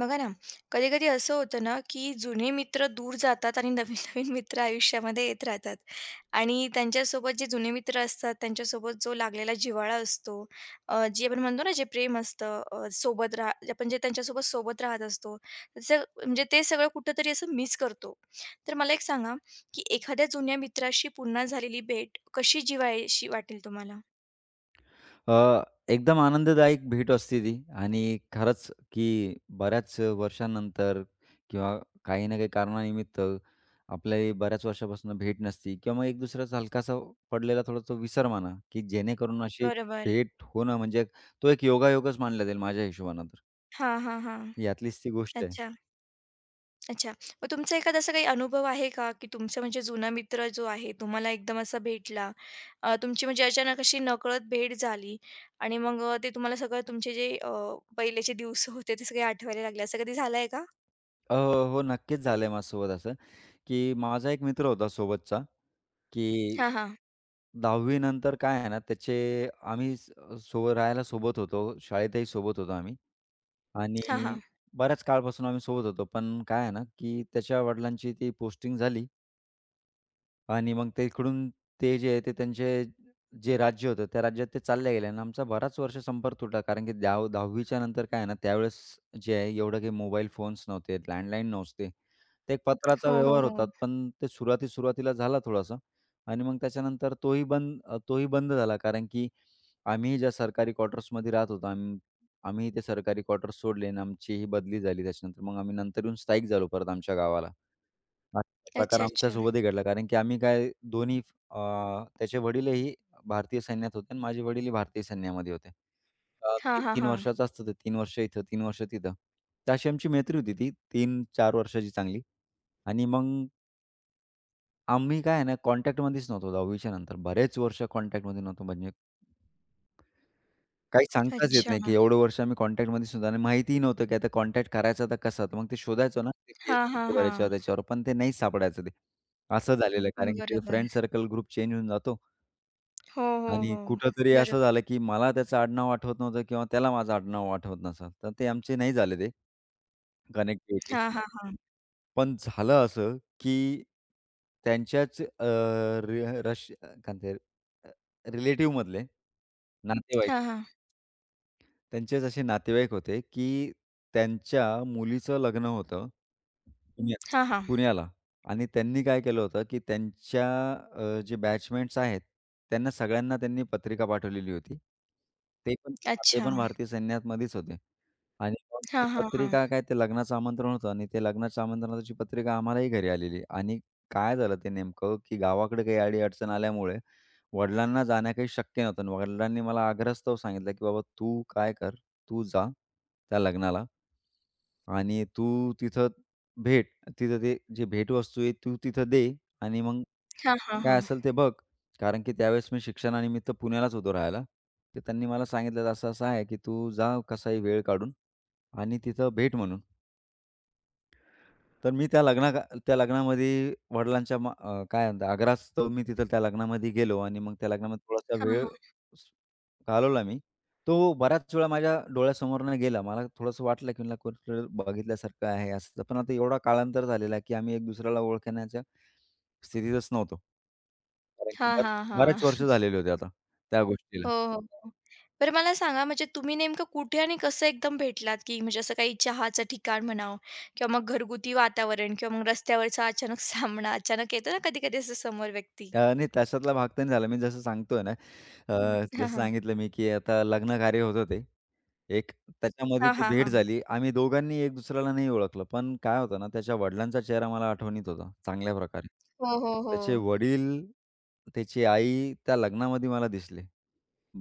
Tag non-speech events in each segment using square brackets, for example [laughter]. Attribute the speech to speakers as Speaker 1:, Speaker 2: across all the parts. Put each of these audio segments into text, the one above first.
Speaker 1: बघा ना, कधी-कधी असं होतं ना, की जुने मित्र दूर जातात आणि नवीन-नवीन [laughs] मित्र आयुष्यामध्ये येत राहतात आणि त्यांच्यासोबत जे जुने मित्र असतात, त्यांच्यासोबत जो लागलेला जिव्हाळा असतो, जे आपण म्हणतो ना, जे प्रेम असतं, सोबत राह जे आपण जे त्यांच्यासोबत सोबत राहत असतो, म्हणजे ते सगळं कुठेतरी असं मिस करतो. तर मला एक सांगा, की एखाद्या जुन्या मित्राशी पुन्हा झालेली भेट कशी जिव्हाळीशी वाटेल तुम्हाला?
Speaker 2: अ, एकदम आनंददायक भेट असते ती आणि खरंच की बऱ्याच वर्षानंतर किंवा काही ना काही कारणानिमित्त आपल्याही बऱ्याच वर्षापासून भेट नसती किंवा मग एक दुसऱ्याचा हलकासा पडलेला थोडा तो विसर म्हणा, की जेणेकरून अशी
Speaker 1: बरोबर.
Speaker 2: भेट होणं म्हणजे तो एक योगायोगच मानला जाईल माझ्या हिशोबानं तर.
Speaker 1: हां, हां, हां.
Speaker 2: यातलीच ती गोष्ट आहे.
Speaker 1: अच्छा. अच्छा. मग तुमचा एखादा असा काही अनुभव आहे का, की तुमचा म्हणजे जुना मित्र जो आहे, तुम्हाला एकदम असा भेटला, तुमची म्हणजे अचानक अशी नकळत भेट झाली आणि मग ते तुम्हाला सगळं तुमचे जे पहिलेचे दिवस होते ते सगळे आठवायला लागले, असं कधी झालंय का?
Speaker 2: अ, हो, नक्कीच झालंय माझ्यासोबत असं, की माझा एक मित्र होता सोबतचा. की
Speaker 1: हां, हां.
Speaker 2: 10वी नंतर काय आहे ना, त्याचे आम्ही सोबत राहायला सोबत होतो, शाळेतही सोबत होतो आम्ही
Speaker 1: हां,
Speaker 2: आणि
Speaker 1: हां.
Speaker 2: बऱ्याच काळपासून आम्ही सोबत होतो. पण काय आहे ना, की त्याच्या वडिलांची ती पोस्टिंग झाली आणि मग ते इकडून ते जे आहे ते त्यांचे जे राज्य होतं त्या राज्यात ते चालल्या गेल्या आणि आमचा बराच वर्ष संपर्क तुटला. कारण की 10वीच्या नंतर काय आहे ना, त्यावेळेस जे आहे एवढं काही मोबाईल फोन्स नव्हते, लँडलाईन नव्हते. ते एक पत्राचा
Speaker 1: हो, हो,
Speaker 2: व्यवहार होता,
Speaker 1: हो.
Speaker 2: पण ते सुरुवाती-सुरुवातीला झाला थोडासा आणि मग त्याच्यानंतर तोही बंद झाला. कारण की आम्हीही ज्या सरकारी क्वार्टर्समध्ये राहत होतो, आम्हीही ते सरकारी क्वार्टर्स सोडले आणि आमचीही बदली झाली त्याच्यानंतर. मग आम्ही नंतर येऊन स्थायिक झालो परत आमच्या गावाला. असा प्रकार
Speaker 1: अच्छा, अच्छा.
Speaker 2: आमच्यासोबतही घडला. कारण की आम्ही काय दोन्ही अ, त्याचे वडीलही भारतीय सैन्यात होते आणि माझे वडीलही भारतीय सैन्यामध्ये होते.
Speaker 1: हां, हां,
Speaker 2: 3-3
Speaker 1: हां.
Speaker 2: वर्षाचं असतं ते. 3 वर्ष इथं, 3 वर्ष तिथं. तर अशी आमची मैत्री होती ती 3-4 वर्षाची चांगली. आणि मग आम्ही काय आहे ना कॉन्टॅक्टमध्येच नव्हतो 10वीच्या नंतर. बरेच वर्ष कॉन्टॅक्टमध्ये नव्हतो म्हणजे काही सांगताच येत
Speaker 1: अच्छा.
Speaker 2: नाही, की एवढं वर्ष आम्ही कॉन्टॅक्टमध्ये सुद्धा आणि माहितीही नव्हतं, की आता कॉन्टॅक्ट करायचा तर कसा? तर मग ते शोधायचो ना, ते
Speaker 1: हां, हां,
Speaker 2: Facebookवर
Speaker 1: हां.
Speaker 2: याच्यावर त्याच्यावर, पण ते नाही सापडायचं ते. असं झालेलं आहे, कारण की ते फ्रेंड
Speaker 1: बरोबर.
Speaker 2: सर्कल ग्रुप चेंज होऊन जातो
Speaker 1: हो, हो,
Speaker 2: आणि
Speaker 1: हो.
Speaker 2: कुठेतरी असं
Speaker 1: बरोबर.
Speaker 2: झालं, की मला त्याचं आडनाव आठवत नव्हतं किंवा त्याला माझं आडनाव आठवत नसेल, तर ते आमचे नाही झाले ते कनेक्टिव्हिटी.
Speaker 1: हां, हां, हां.
Speaker 2: पण झालं असं, की त्यांच्याच रि रश काय म्हणते रिलेटिव्हमधले नातेवाईक
Speaker 1: हां, हां.
Speaker 2: त्यांचेच असे नातेवाईक होते, की त्यांच्या मुलीचं लग्न होतं पुण्यात
Speaker 1: हां, हां.
Speaker 2: पुण्याला आणि त्यांनी काय केलं होतं, की त्यांच्या जे बॅचमेट्स आहेत, त्यांना सगळ्यांना त्यांनी पत्रिका पाठवलेली होती. ते पण ते
Speaker 1: अच्छा.
Speaker 2: पण भारतीय सैन्यामध्येच होते आणि मग
Speaker 1: हां,
Speaker 2: ती
Speaker 1: हां, हां.
Speaker 2: पत्रिका काय ते लग्नाचं आमंत्रण होतं आणि ते लग्नाच्या आमंत्रणाची पत्रिका आम्हालाही घरी आलेली आणि काय झालं ते नेमकं, की गावाकडे काही अडी-अडचण आल्यामुळे वडिलांना जाणं काही शक्य नव्हतं आणि वडिलांनी मला आग्रहस्तव सांगितलं, की "बाबा तू काय कर, तू जा त्या लग्नाला आणि तू तिथं भेट, तिथं ते जे भेटवस्तू आहे तू तिथं दे आणि मग
Speaker 1: हां, हां,
Speaker 2: काय
Speaker 1: हां.
Speaker 2: असेल ते बघ." कारण की त्यावेळेस मी शिक्षणानिमित्त पुण्यालाच होतो राहायला. तर त्यांनी मला सांगितलं असं-असं आहे, की "तू जा कसाही वेळ काढून आणि तिथं भेट म्हणून." तर मी त्या लग्नामध्ये वडिलांच्या काय म्हणतात आग्रहास्तव मी तिथं त्या लग्नामध्ये गेलो आणि मग त्या लग्नामध्ये थोडासा
Speaker 1: हां,
Speaker 2: वेळ
Speaker 1: हां.
Speaker 2: घालवला मी. तो बऱ्याच वेळा माझ्या डोळ्यासमोरनं गेला. मला थोडंसं वाटलं, की मला कुठेतरी बघितल्यासारखं आहे असं. पण आता एवढा कालांतर झालेला आहे, की आम्ही एक दुसऱ्याला ओळखण्याच्या स्थितीतच नव्हतो. कारण की
Speaker 1: हां, हां,
Speaker 2: बरेच वर्ष झालेले होते आता त्या गोष्टीला.
Speaker 1: हो, हो, हो. बरं मला सांगा म्हणजे तुम्ही नेमकं कुठे आणि कसं एकदम भेटलात, की म्हणजे असं काही चहाचं ठिकाण म्हणावं किंवा मग घरगुती वातावरण किंवा मग रस्त्यावरचा अचानक [laughs] सामना, अचानक येतो ना कधी-कधी असं समोर व्यक्ती.
Speaker 2: नाही तशातला भाग तर नाही झाला. मी जसं सांगतोय ना, अ, हं. जसं
Speaker 1: हां, हां.
Speaker 2: सांगितलं मी, की आता लग्न कार्य होतं ते. एक त्याच्यामध्ये
Speaker 1: हां,
Speaker 2: ती
Speaker 1: हां,
Speaker 2: भेट
Speaker 1: हां.
Speaker 2: झाली. आम्ही दोघांनी एक दुसऱ्याला नाही ओळखलं. पण काय होतं ना, त्याच्या वडिलांचा चेहरा मला आठवणीत होता चांगल्या प्रकारे.
Speaker 1: हो, हो, हो.
Speaker 2: त्याचे वडील, त्याची आई त्या लग्नामध्ये मला दिसले.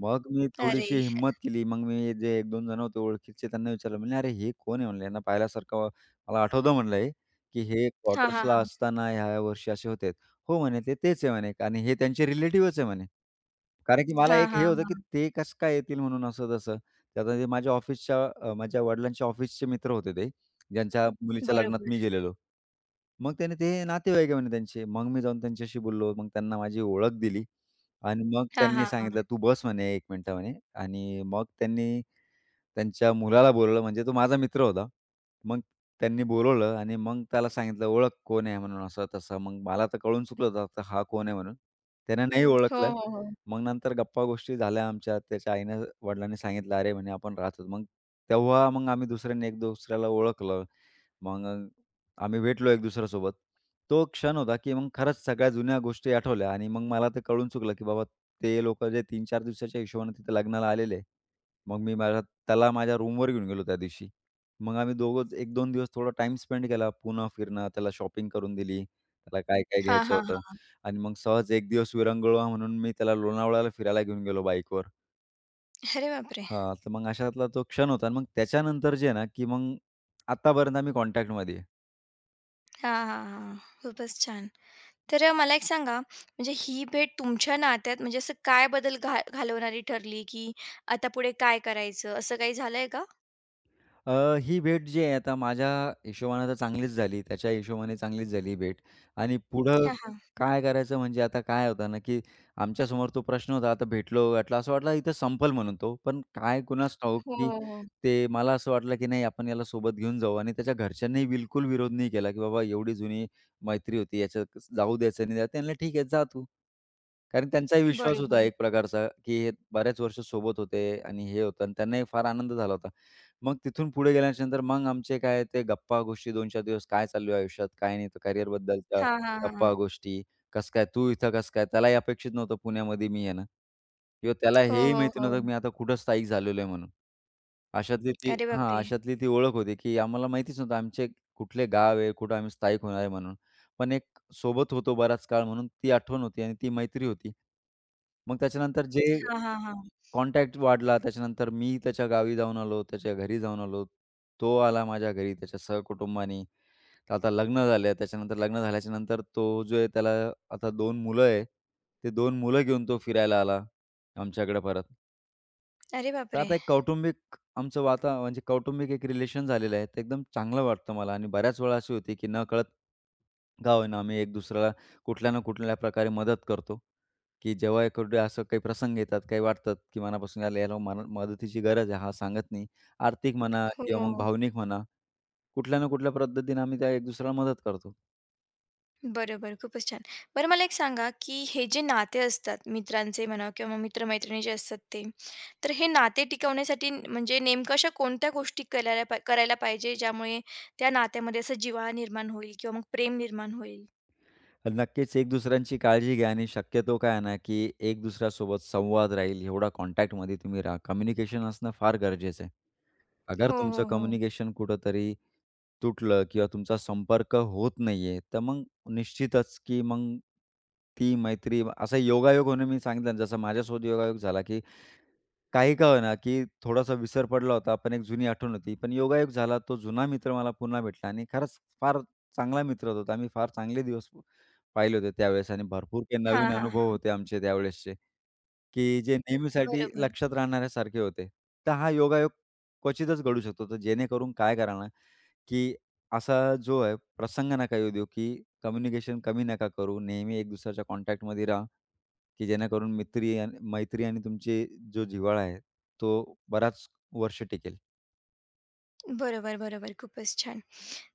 Speaker 2: मग मी
Speaker 1: अरे!
Speaker 2: थोडीशी हिम्मत केली. मग मी जे एक 2 जण होते ओळखीचे त्यांना विचारलं म्हणलं, "अरे हे कोण आहे?" म्हणलं, "यांना पाहिल्यासारखं मला आठवतं" म्हणलं हे, की "हे
Speaker 1: हां, हां,
Speaker 2: क्वार्टर्सला
Speaker 1: हां.
Speaker 2: असताना ह्या वर्षी असे होते." "हो," म्हणे, "ते तेच आहे," म्हणे, "आणि हे त्यांचे रिलेटिव्हच आहे," म्हणे. कारण की मला
Speaker 1: हां,
Speaker 2: एक हे
Speaker 1: हां,
Speaker 2: होतं, की
Speaker 1: हां.
Speaker 2: ते कसं काय येतील म्हणून असं तसं. ते आता ते माझ्या वडिलांच्या ऑफिसचे मित्र होते ते, ज्यांच्या मुलीच्या लग्नात मी
Speaker 1: बरोबर.
Speaker 2: गेलेलो. मग त्याने ते नातेवाईक आहे म्हणे त्यांचे. मग मी जाऊन त्यांच्याशी बोललो. मग त्यांना माझी ओळख दिली. आणि मग
Speaker 1: हां,
Speaker 2: त्यांनी
Speaker 1: हां,
Speaker 2: सांगितलं,
Speaker 1: हां.
Speaker 2: "तू बस" म्हणे 1 मिनिटं म्हणे आणि मग त्यांनी त्यांच्या मुलाला बोलावलं, म्हणजे तो माझा मित्र होता. मग त्यांनी बोलावलं आणि मग त्याला सांगितलं, "ओळख कोण आहे?" म्हणून असं-तसं. मग मला तर कळून चुकलं होतं आता हा कोण आहे म्हणून. त्यानं नाही
Speaker 1: हो,
Speaker 2: ओळखलं.
Speaker 1: हो, हो.
Speaker 2: मग नंतर गप्पा-गोष्टी झाल्या आमच्या. त्याच्या आईनं वडिलांनी सांगितलं, "अरे," म्हणे, "आपण राहतो." मग तेव्हा मग आम्ही दुसऱ्यांनी एक दुसऱ्याला ओळखलं. मग आम्ही भेटलो एक दुसऱ्यासोबत. तो क्षण होता, की मग खरंच सगळ्या जुन्या गोष्टी आठवल्या आणि मग मला ते कळून चुकलं, की बाबा ते लोकं जे 3-4 दिवसाच्या हिशोबाने तिथे लग्नाला आलेले. मग मी माझ्या त्याला माझ्या रूमवर घेऊन गेलो त्या दिवशी. मग आम्ही दोघं एक 2 दिवस थोडा टाईम स्पेंड केला. पुणं फिरणं, त्याला शॉपिंग करून दिली. त्याला काय-काय
Speaker 1: हां,
Speaker 2: घ्यायचं
Speaker 1: हां,
Speaker 2: होतं
Speaker 1: हां.
Speaker 2: आणि मग सहज एक दिवस विरंगुळा म्हणून मी त्याला लोणावळ्याला फिरायला घेऊन गेलो बाईकवर.
Speaker 1: अरे बापरे!
Speaker 2: हां, तर मग अशातला तो क्षण होता आणि मग त्याच्यानंतर जे आहे ना, की मग आत्तापर्यंत आम्ही कॉन्टॅक्टमध्ये आहे.
Speaker 1: हां, हां, हां. खूपच छान. तर मला एक सांगा, म्हणजे ही भेट तुमच्या नात्यात म्हणजे असं काय बदल घालवणारी ठरली, की आता पुढे काय करायचं, असं काही झालंय का?
Speaker 2: अ, ही भेट जी आहे आता माझ्या हिशोबाने तर चांगलीच झाली. त्याच्या हिशोबाने चांगलीच झाली ही भेट आणि पुढं
Speaker 1: हां, हां.
Speaker 2: काय करायचं म्हणजे आता काय होतं ना, की आमच्यासमोर तो प्रश्न होता. आता भेटलो, वाटलं असं वाटलं इथं संपल म्हणून तो. पण काय कुणास ठाऊक,
Speaker 1: हो,
Speaker 2: की
Speaker 1: हो, हो.
Speaker 2: ते मला असं वाटलं, की नाही आपण याला सोबत घेऊन जाऊ आणि त्याच्या घरच्यांनीही बिलकुल विरोध नाही केला, की बाबा एवढी जुनी मैत्री होती, याच्यात जाऊ द्यायचं नाही. त्यांना ठीक आहे जा तू. कारण त्यांचाही विश्वास होता
Speaker 1: बरोबर.
Speaker 2: एक प्रकारचा, की हे बऱ्याच वर्ष सोबत होते आणि हे होतं आणि त्यांनाही फार आनंद झाला होता. मग तिथून पुढे गेल्याच्या नंतर मग आमचे काय ते गप्पा-गोष्टी 2-4 दिवस काय चालू आहे आयुष्यात, काय नाही, तर करिअरबद्दलच्या
Speaker 1: हां, हां, हां.
Speaker 2: गप्पा-गोष्टी. कसं काय तू इथं कसं काय? त्यालाही अपेक्षित नव्हतं पुण्यामध्ये मी येणं किंवा त्याला
Speaker 1: हो,
Speaker 2: हेही
Speaker 1: हो,
Speaker 2: माहिती
Speaker 1: हो.
Speaker 2: नव्हतं मी आता कुठं स्थायिक झालेलो आहे म्हणून.
Speaker 1: अरे बापरे!
Speaker 2: अशातली ती ओळख होती, की आम्हाला माहितीच नव्हतं आमचे कुठले गाव आहे, कुठं आम्ही स्थायिक होणार आहे म्हणून. पण एक सोबत होतो बराच काळ म्हणून ती आठवण होती आणि ती मैत्री होती. मग त्याच्यानंतर जे
Speaker 1: हां, हां, हां.
Speaker 2: कॉन्टॅक्ट वाढला. त्याच्यानंतर मी त्याच्या गावी जाऊन आलो, त्याच्या घरी जाऊन आलो. तो आला माझ्या घरी त्याच्या सहकुटुंबानी. तर आता लग्न झाले. त्याच्यानंतर लग्न झाल्याच्या नंतर तो जो आहे त्याला आता दोन मुलं आहे. ते 2 मुलं घेऊन तो फिरायला आला आमच्याकडे परत.
Speaker 1: अरे
Speaker 2: तर
Speaker 1: बापरे!
Speaker 2: आता एक कौटुंबिक आमचं वाता म्हणजे कौटुंबिक एक रिलेशन झालेलं आहे. ते एकदम चांगलं वाटतं मला आणि बऱ्याच वेळा अशी होती की नकळत का होईना आम्ही एक दुसऱ्याला कुठल्या ना कुठल्या प्रकारे मदत करतो. की जेव्हा एखादे असं काही प्रसंग येतात, काही वाटतात, की मनापासून याला याला मन मदतीची गरज आहे, हा सांगत नाही. आर्थिक म्हणा
Speaker 1: हो.
Speaker 2: किंवा
Speaker 1: हो,
Speaker 2: मग
Speaker 1: हो.
Speaker 2: भावनिक म्हणा, कुठल्या ना कुठल्या पद्धतीने आम्ही त्या एक दुसऱ्याला मदत करतो.
Speaker 1: बरोबर, खूपच छान. बरं मला एक सांगा, की हे जे नाते असतात मित्रांचे म्हणा किंवा मग मित्र-मैत्रिणीचे असतात ते, तर हे नाते टिकवण्यासाठी म्हणजे नेमकं अशा कोणत्या गोष्टी करायला करायला पाहिजे, ज्यामुळे त्या नात्यामध्ये असं जिव्हाळा निर्माण होईल किंवा मग प्रेम निर्माण होईल?
Speaker 2: आणि नक्कीच एक दुसऱ्यांची काळजी घ्या आणि शक्यतो काय आहे ना, की एक दुसऱ्यासोबत संवाद राहील, एवढा कॉन्टॅक्टमध्ये तुम्ही राहा. कम्युनिकेशन असणं फार गरजेचं आहे. अगर
Speaker 1: हो,
Speaker 2: तुमचं
Speaker 1: हो, हो.
Speaker 2: कम्युनिकेशन कुठेतरी तुटलं किंवा तुमचा संपर्क होत नाहीये, तर मग निश्चितच, की मग ती मैत्री असा योगायोग होणे मी सांगितलं ना, जसा माझ्यासोबत योगायोग झाला, की काही का होईना, की थोडासा विसर पडला होता, पण एक जुनी आठवण होती. पण योगायोग झाला, तो जुना मित्र मला पुन्हा भेटला आणि खरंच फार चांगला मित्र होता. आम्ही फार चांगले दिवस पाहिले होते त्यावेळेस आणि भरपूर काही
Speaker 1: हां,
Speaker 2: नवीन अनुभव
Speaker 1: हां.
Speaker 2: होते आमचे त्यावेळेसचे, की जे नेहमीसाठी
Speaker 1: बरोबर.
Speaker 2: लक्षात राहणाऱ्यासारखे होते. तर हा योगायोग क्वचितच घडू शकतो. तर जेणेकरून काय करा ना, की असा जो आहे प्रसंग नका येऊ देऊ, की कम्युनिकेशन कमी नका करू. नेहमी एक दुसऱ्याच्या कॉन्टॅक्टमध्ये राहा. की जेणेकरून मित्री आणि मैत्री आणि तुमची जो जिव्हाळा आहे, तो बराच वर्ष टिकेल.
Speaker 1: बरोबर, बरोबर. खूपच छान.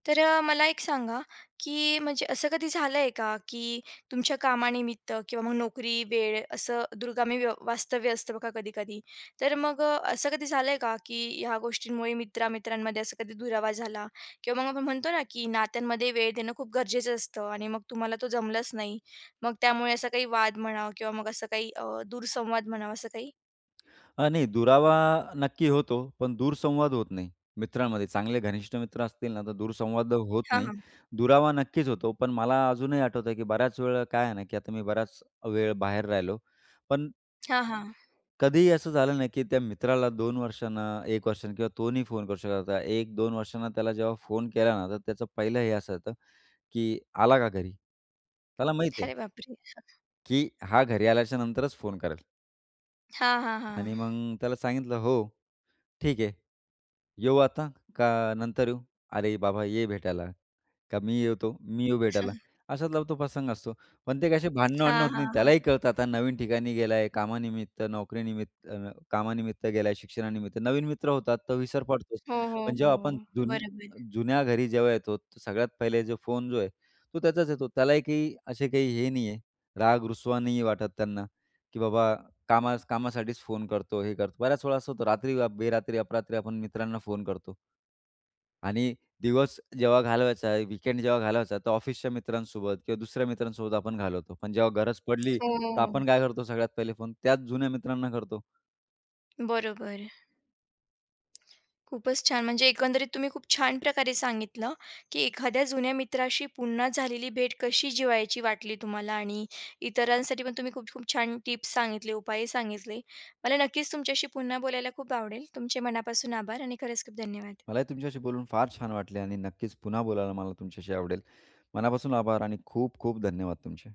Speaker 1: तर मला एक सांगा, की म्हणजे असं कधी झालंय का, की तुमच्या कामानिमित्त किंवा मग नोकरी, वेळ असं दूरगामी वास्तव्य असतं बघा कधी-कधी. तर मग असं कधी झालंय का, की ह्या गोष्टींमुळे मित्रा-मित्रांमध्ये असं कधी दुरावा झाला? किंवा मग आपण म्हणतो ना, की नात्यांमध्ये वेळ देणं खूप गरजेचं असतं आणि मग तुम्हाला तो जमलाच नाही. मग त्यामुळे असा काही वाद म्हणा किंवा मग असं काही दूरसंवाद म्हणावा असं काही?
Speaker 2: नाही दुरावा नक्की होतो, पण दूरसंवाद होत नाही मित्रांमध्ये. चांगले घनिष्ठ मित्र असतील ना, तर दूरसंवाद होत
Speaker 1: हां,
Speaker 2: नाही.
Speaker 1: हां.
Speaker 2: दुरावा नक्कीच होतो, पण मला अजूनही आठवतं की बऱ्याच वेळा काय आहे ना, की आता मी बराच वेळ बाहेर राहिलो. पण
Speaker 1: हां, हां.
Speaker 2: कधीही असं झालं नाही की त्या मित्राला 2 वर्षांना, 1 वर्षांना किंवा तो फोन करू शकत होता. 1-2 वर्षांना त्याला जेव्हा फोन केला ना, तर त्याचं पहिलं हे असं होतं, की "आला का घरी?" त्याला माहीत आहे.
Speaker 1: अरे बापरे!
Speaker 2: की हा घरी आल्याच्या नंतरच फोन करेल
Speaker 1: हां, हां,
Speaker 2: आणि
Speaker 1: हां.
Speaker 2: मग त्याला सांगितलं, "हो." ठीक आहे. येऊ आता का नंतर येऊ? "अरे बाबा ये भेटायला, का मी येतो, मी येऊ भेटायला."
Speaker 1: [laughs]
Speaker 2: अशातला तो प्रसंग असतो. पण ते कसे भांडणं-वांडणं
Speaker 1: हां,
Speaker 2: होत
Speaker 1: हां,
Speaker 2: नाही.
Speaker 1: हां.
Speaker 2: त्यालाही
Speaker 1: [laughs]
Speaker 2: कळतं आता नवीन ठिकाणी गेलाय, कामानिमित्त, नोकरीनिमित्त कामानिमित्त गेलाय, शिक्षणानिमित्त. नवीन मित्र होतात, तर विसर पडतोच.
Speaker 1: हो, हो,
Speaker 2: पण जेव्हा आपण
Speaker 1: हो. बरोबर.
Speaker 2: जुन्या घरी जेव्हा येतो, तर सगळ्यात पहिले जो फोन जो आहे, तो त्याचाच येतो. त्यालाही काही असे काही हे नाहीये, राग-रुसवा नाही वाटत त्यांना, की बाबा कामासाठीच फोन करतो, हे करतो. बऱ्याच वेळा असं होतं रात्री बेरात्री अपरात्री आपण मित्रांना फोन करतो. आणि दिवस जेव्हा घालवायचा आहे, वीकेंड जेव्हा घालवायचा आहे, तर ऑफिसच्या मित्रांसोबत किंवा दुसऱ्या मित्रांसोबत आपण घालवतो. पण जेव्हा गरज पडली तर
Speaker 1: हो,
Speaker 2: आपण काय करतो सगळ्यात पहिले फोन त्याच जुन्या मित्रांना करतो.
Speaker 1: बरोबर. खूपच छान. म्हणजे एकंदरीत तुम्ही खूप छान प्रकारे सांगितलं, की एखाद्या जुन्या मित्राशी पुन्हा झालेली भेट कशी जिवायची वाटली तुम्हाला आणि इतरांसाठी पण तुम्ही खूप खूप छान टिप्स सांगितले, उपाय सांगितले. मला नक्कीच तुमच्याशी पुन्हा बोलायला खूप आवडेल. तुमचे मनापासून आभार आणि खरंच खूप धन्यवाद.
Speaker 2: मलाही तुमच्याशी बोलून फार छान वाटले आणि नक्कीच पुन्हा बोलायला मला तुमच्याशी आवडेल. मनापासून आभार आणि खूप खूप धन्यवाद तुमचे.